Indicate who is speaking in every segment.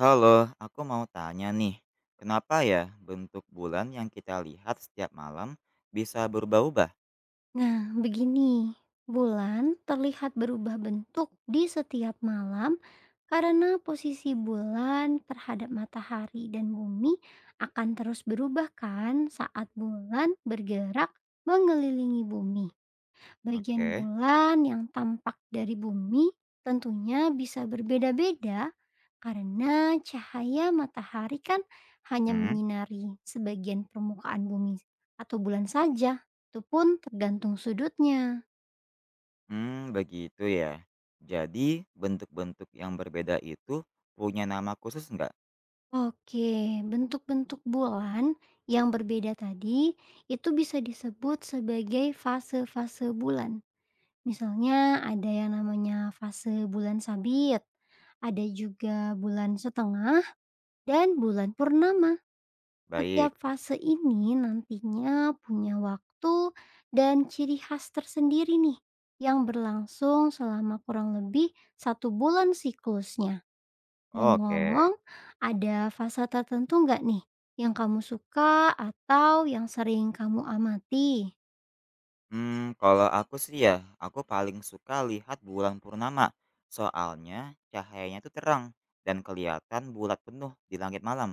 Speaker 1: Halo, aku mau tanya nih, kenapa ya bentuk bulan yang kita lihat setiap malam bisa berubah-ubah?
Speaker 2: Nah, begini, bulan terlihat berubah bentuk di setiap malam karena posisi bulan terhadap matahari dan bumi akan terus berubah kan saat bulan bergerak mengelilingi bumi. Bagian
Speaker 1: Oke.
Speaker 2: bulan yang tampak dari bumi tentunya bisa berbeda-beda karena cahaya matahari kan hanya
Speaker 1: hmm,
Speaker 2: menyinari sebagian permukaan bumi atau bulan saja. Itu pun tergantung sudutnya.
Speaker 1: Begitu ya. Jadi, bentuk-bentuk yang berbeda itu punya nama khusus nggak?
Speaker 2: Oke, bentuk-bentuk bulan yang berbeda tadi itu bisa disebut sebagai fase-fase bulan. Misalnya ada yang namanya fase bulan sabit, ada juga bulan setengah, dan bulan purnama. Setiap
Speaker 1: Baik,
Speaker 2: fase ini nantinya punya waktu dan ciri khas tersendiri nih yang berlangsung selama kurang lebih satu bulan siklusnya. Ngomong-ngomong,
Speaker 1: oke.
Speaker 2: ada fase tertentu nggak nih yang kamu suka atau yang sering kamu amati?
Speaker 1: Kalau aku sih ya, aku paling suka lihat bulan purnama. Soalnya cahayanya tuh terang dan kelihatan bulat penuh di langit malam.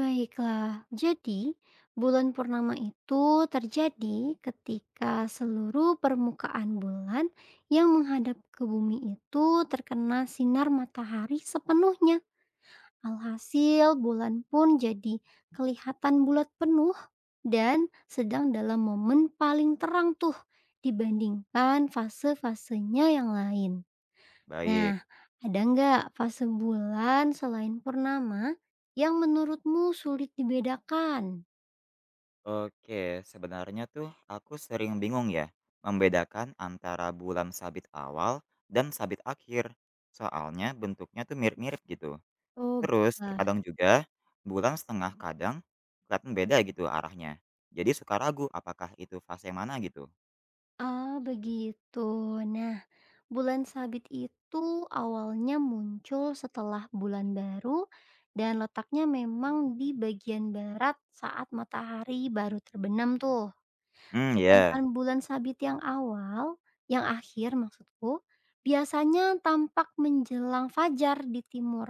Speaker 2: Baiklah, jadi bulan purnama itu terjadi ketika seluruh permukaan bulan yang menghadap ke bumi itu terkena sinar matahari sepenuhnya. Alhasil, bulan pun jadi kelihatan bulat penuh dan sedang dalam momen paling terang tuh dibandingkan fase-fasenya yang lain. Nah,
Speaker 1: Baik.
Speaker 2: ada nggak fase bulan selain purnama yang menurutmu sulit dibedakan?
Speaker 1: Oke, sebenarnya tuh aku sering bingung ya membedakan antara bulan sabit awal dan sabit akhir. Soalnya bentuknya tuh mirip-mirip gitu.
Speaker 2: Oh,
Speaker 1: Terus
Speaker 2: baiklah.
Speaker 1: terkadang juga bulan setengah kadang kelihatan beda gitu arahnya. Jadi suka ragu apakah itu fase yang mana gitu.
Speaker 2: Ah, begitu. Nah, bulan sabit itu awalnya muncul setelah bulan baru dan letaknya memang di bagian barat saat matahari baru terbenam tuh.
Speaker 1: Hmm,
Speaker 2: Sedangkan
Speaker 1: ya.
Speaker 2: bulan sabit yang awal yang akhir maksudku, biasanya tampak menjelang fajar di timur,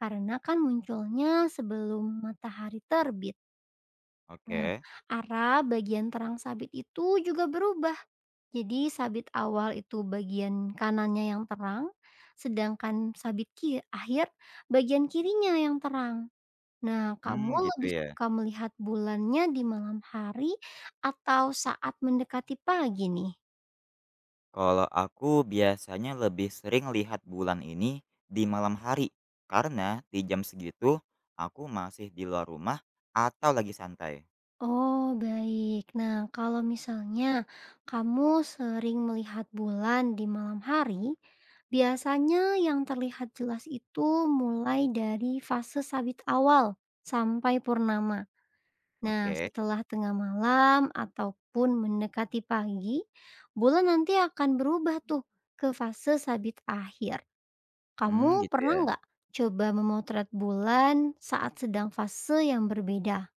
Speaker 2: karena kan munculnya sebelum matahari terbit. Nah,
Speaker 1: Oke.
Speaker 2: arah bagian terang sabit itu juga berubah. Jadi sabit awal itu bagian kanannya yang terang, sedangkan sabit akhir bagian kirinya yang terang. Nah, kamu
Speaker 1: Gitu
Speaker 2: lebih
Speaker 1: ya.
Speaker 2: suka melihat bulannya di malam hari atau saat mendekati pagi nih?
Speaker 1: Kalau aku biasanya lebih sering lihat bulan ini di malam hari, karena di jam segitu aku masih di luar rumah atau lagi santai.
Speaker 2: Oh, baik. Nah, kalau misalnya kamu sering melihat bulan di malam hari, biasanya yang terlihat jelas itu mulai dari fase sabit awal sampai purnama. Nah,
Speaker 1: Oke,
Speaker 2: setelah tengah malam ataupun mendekati pagi, bulan nanti akan berubah tuh ke fase sabit akhir. Kamu
Speaker 1: gitu
Speaker 2: pernah
Speaker 1: ya.
Speaker 2: nggak coba memotret bulan saat sedang fase yang berbeda?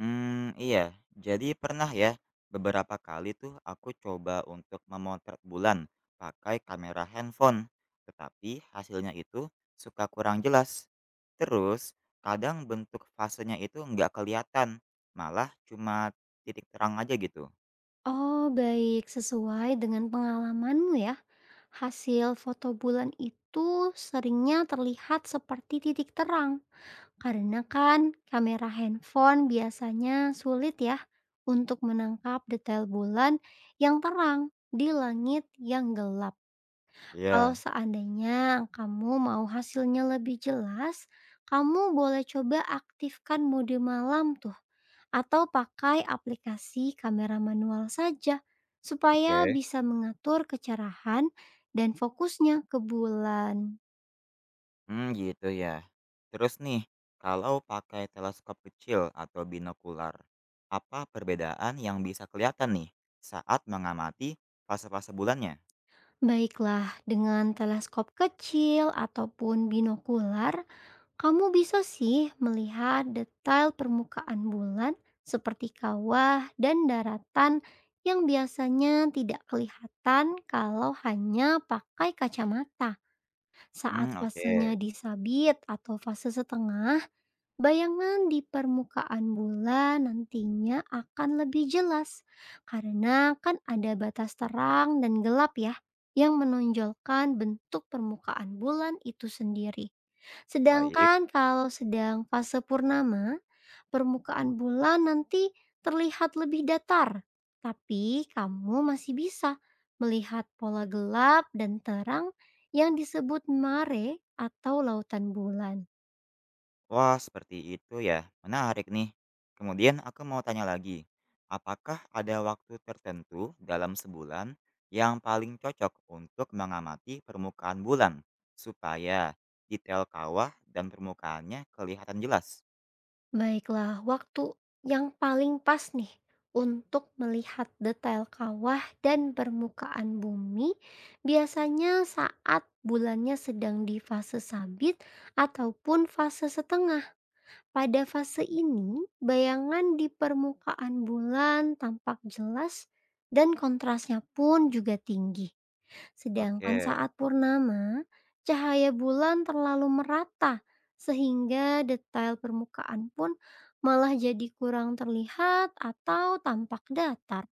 Speaker 1: Iya, jadi pernah ya beberapa kali tuh aku coba untuk memotret bulan pakai kamera handphone, tetapi hasilnya itu suka kurang jelas. Terus kadang bentuk fasenya itu nggak kelihatan, malah cuma titik terang aja gitu.
Speaker 2: Oh, baik. Sesuai dengan pengalamanmu ya, hasil foto bulan itu seringnya terlihat seperti titik terang. Karena kan kamera handphone biasanya sulit ya untuk menangkap detail bulan yang terang di langit yang gelap. Kalau
Speaker 1: Iya,
Speaker 2: seandainya kamu mau hasilnya lebih jelas, kamu boleh coba aktifkan mode malam tuh atau pakai aplikasi kamera manual saja
Speaker 1: oke.
Speaker 2: supaya bisa mengatur kecerahan dan fokusnya ke bulan.
Speaker 1: Gitu ya. Terus nih, kalau pakai teleskop kecil atau binokular, apa perbedaan yang bisa kelihatan nih saat mengamati fase-fase bulannya?
Speaker 2: Baiklah, dengan teleskop kecil ataupun binokular, kamu bisa sih melihat detail permukaan bulan seperti kawah dan daratan yang biasanya tidak kelihatan kalau hanya pakai kacamata. Saat
Speaker 1: Hmm,
Speaker 2: fasenya
Speaker 1: oke,
Speaker 2: disabit atau fase setengah, bayangan di permukaan bulan nantinya akan lebih jelas karena kan ada batas terang dan gelap ya yang menonjolkan bentuk permukaan bulan itu sendiri.
Speaker 1: baik.
Speaker 2: Sedangkan kalau sedang fase purnama, permukaan bulan nanti terlihat lebih datar, tapi kamu masih bisa melihat pola gelap dan terang yang disebut mare atau lautan bulan.
Speaker 1: Wah, seperti itu ya. Menarik nih. Kemudian aku mau tanya lagi, apakah ada waktu tertentu dalam sebulan yang paling cocok untuk mengamati permukaan bulan supaya detail kawah dan permukaannya kelihatan jelas?
Speaker 2: Baiklah, waktu yang paling pas nih untuk melihat detail kawah dan permukaan bumi biasanya saat bulannya sedang di fase sabit ataupun fase setengah. Pada fase ini, bayangan di permukaan bulan tampak jelas dan kontrasnya pun juga tinggi. Sedangkan
Speaker 1: Oke,
Speaker 2: saat purnama, cahaya bulan terlalu merata sehingga detail permukaan pun malah jadi kurang terlihat atau tampak datar.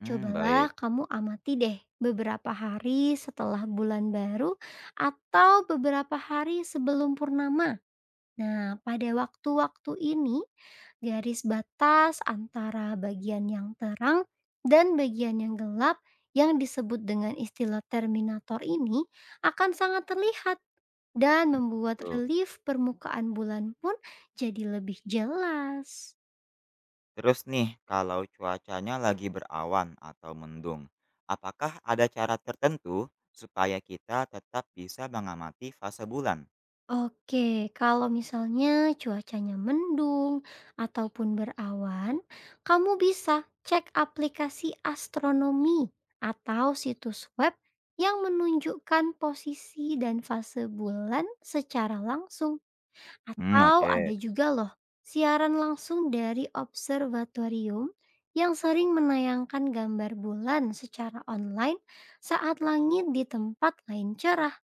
Speaker 1: hmm, baik,
Speaker 2: Cobalah kamu amati deh beberapa hari setelah bulan baru atau beberapa hari sebelum purnama. Nah, pada waktu-waktu ini, garis batas antara bagian yang terang dan bagian yang gelap yang disebut dengan istilah terminator ini akan sangat terlihat dan
Speaker 1: gitu.
Speaker 2: membuat
Speaker 1: Gitu.
Speaker 2: relief permukaan bulan pun jadi lebih jelas.
Speaker 1: Terus nih, kalau cuacanya lagi berawan atau mendung, apakah ada cara tertentu supaya kita tetap bisa mengamati fase bulan?
Speaker 2: Oke, kalau misalnya cuacanya mendung ataupun berawan, kamu bisa cek aplikasi astronomi atau situs web yang menunjukkan posisi dan fase bulan secara langsung.
Speaker 1: Hmm,
Speaker 2: Atau
Speaker 1: oke,
Speaker 2: ada juga loh siaran langsung dari observatorium yang sering menayangkan gambar bulan secara online saat langit di tempat lain cerah.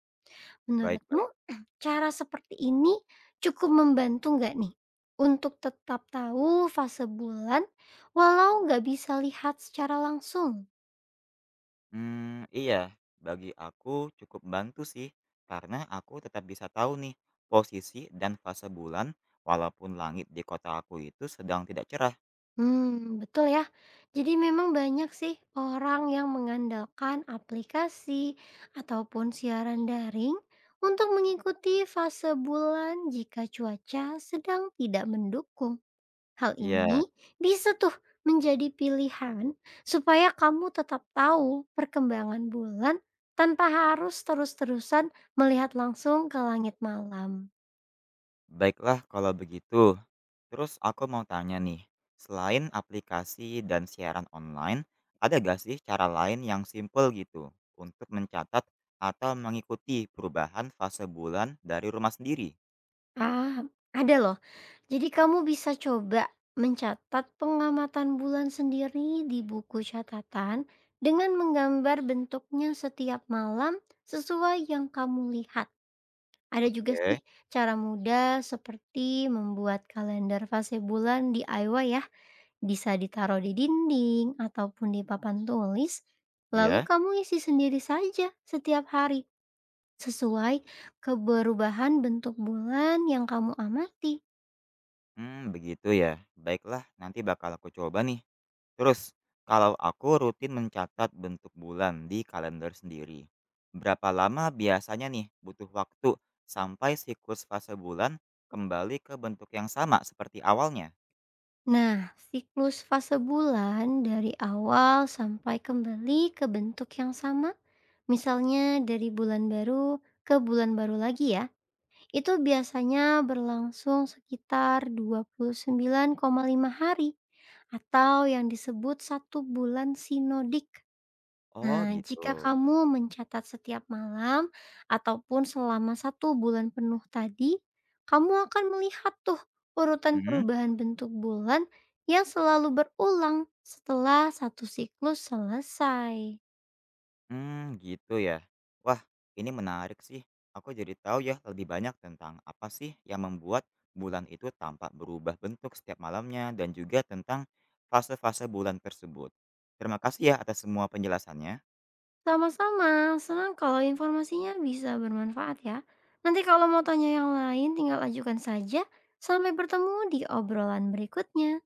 Speaker 1: baik,
Speaker 2: Menurutmu,
Speaker 1: baik.
Speaker 2: cara seperti ini cukup membantu nggak nih untuk tetap tahu fase bulan walau nggak bisa lihat secara langsung?
Speaker 1: Hmm iya, bagi aku cukup bantu sih, karena aku tetap bisa tahu nih, posisi dan fase bulan walaupun langit di kota aku itu sedang tidak cerah.
Speaker 2: Hmm, betul ya. Jadi memang banyak sih orang yang mengandalkan aplikasi ataupun siaran daring untuk mengikuti fase bulan jika cuaca sedang tidak mendukung. Hal
Speaker 1: Iya,
Speaker 2: ini bisa tuh menjadi pilihan supaya kamu tetap tahu perkembangan bulan tanpa harus terus-terusan melihat langsung ke langit malam.
Speaker 1: baiklah kalau begitu. Terus aku mau tanya nih, selain aplikasi dan siaran online, ada gak sih cara lain yang simpel gitu untuk mencatat atau mengikuti perubahan fase bulan dari rumah sendiri?
Speaker 2: Ah, ada loh. Jadi kamu bisa coba mencatat pengamatan bulan sendiri di buku catatan dengan menggambar bentuknya setiap malam sesuai yang kamu lihat. Ada juga
Speaker 1: Oke,
Speaker 2: sih cara mudah seperti membuat kalender fase bulan DIY ya. Bisa ditaruh di dinding ataupun di papan tulis, lalu
Speaker 1: iya.
Speaker 2: kamu isi sendiri saja setiap hari sesuai keberubahan bentuk bulan yang kamu amati.
Speaker 1: Hmm, begitu ya. Baiklah, nanti bakal aku coba nih. Terus, kalau aku rutin mencatat bentuk bulan di kalender sendiri, berapa lama biasanya nih butuh waktu sampai siklus fase bulan kembali ke bentuk yang sama seperti awalnya?
Speaker 2: Nah, siklus fase bulan dari awal sampai kembali ke bentuk yang sama, misalnya dari bulan baru ke bulan baru lagi ya. Itu biasanya berlangsung sekitar 29,5 hari atau yang disebut satu bulan sinodik.
Speaker 1: Oh
Speaker 2: Nah,
Speaker 1: gitu,
Speaker 2: jika kamu mencatat setiap malam ataupun selama satu bulan penuh tadi, kamu akan melihat tuh urutan
Speaker 1: mhm,
Speaker 2: perubahan bentuk bulan yang selalu berulang setelah satu siklus selesai.
Speaker 1: mmm, gitu ya. Wah, ini menarik sih, aku jadi tahu ya lebih banyak tentang apa sih yang membuat bulan itu tampak berubah bentuk setiap malamnya dan juga tentang fase-fase bulan tersebut. Terima kasih ya atas semua penjelasannya.
Speaker 2: Sama-sama, senang kalau informasinya bisa bermanfaat ya. Nanti kalau mau tanya yang lain tinggal ajukan saja. Sampai bertemu di obrolan berikutnya.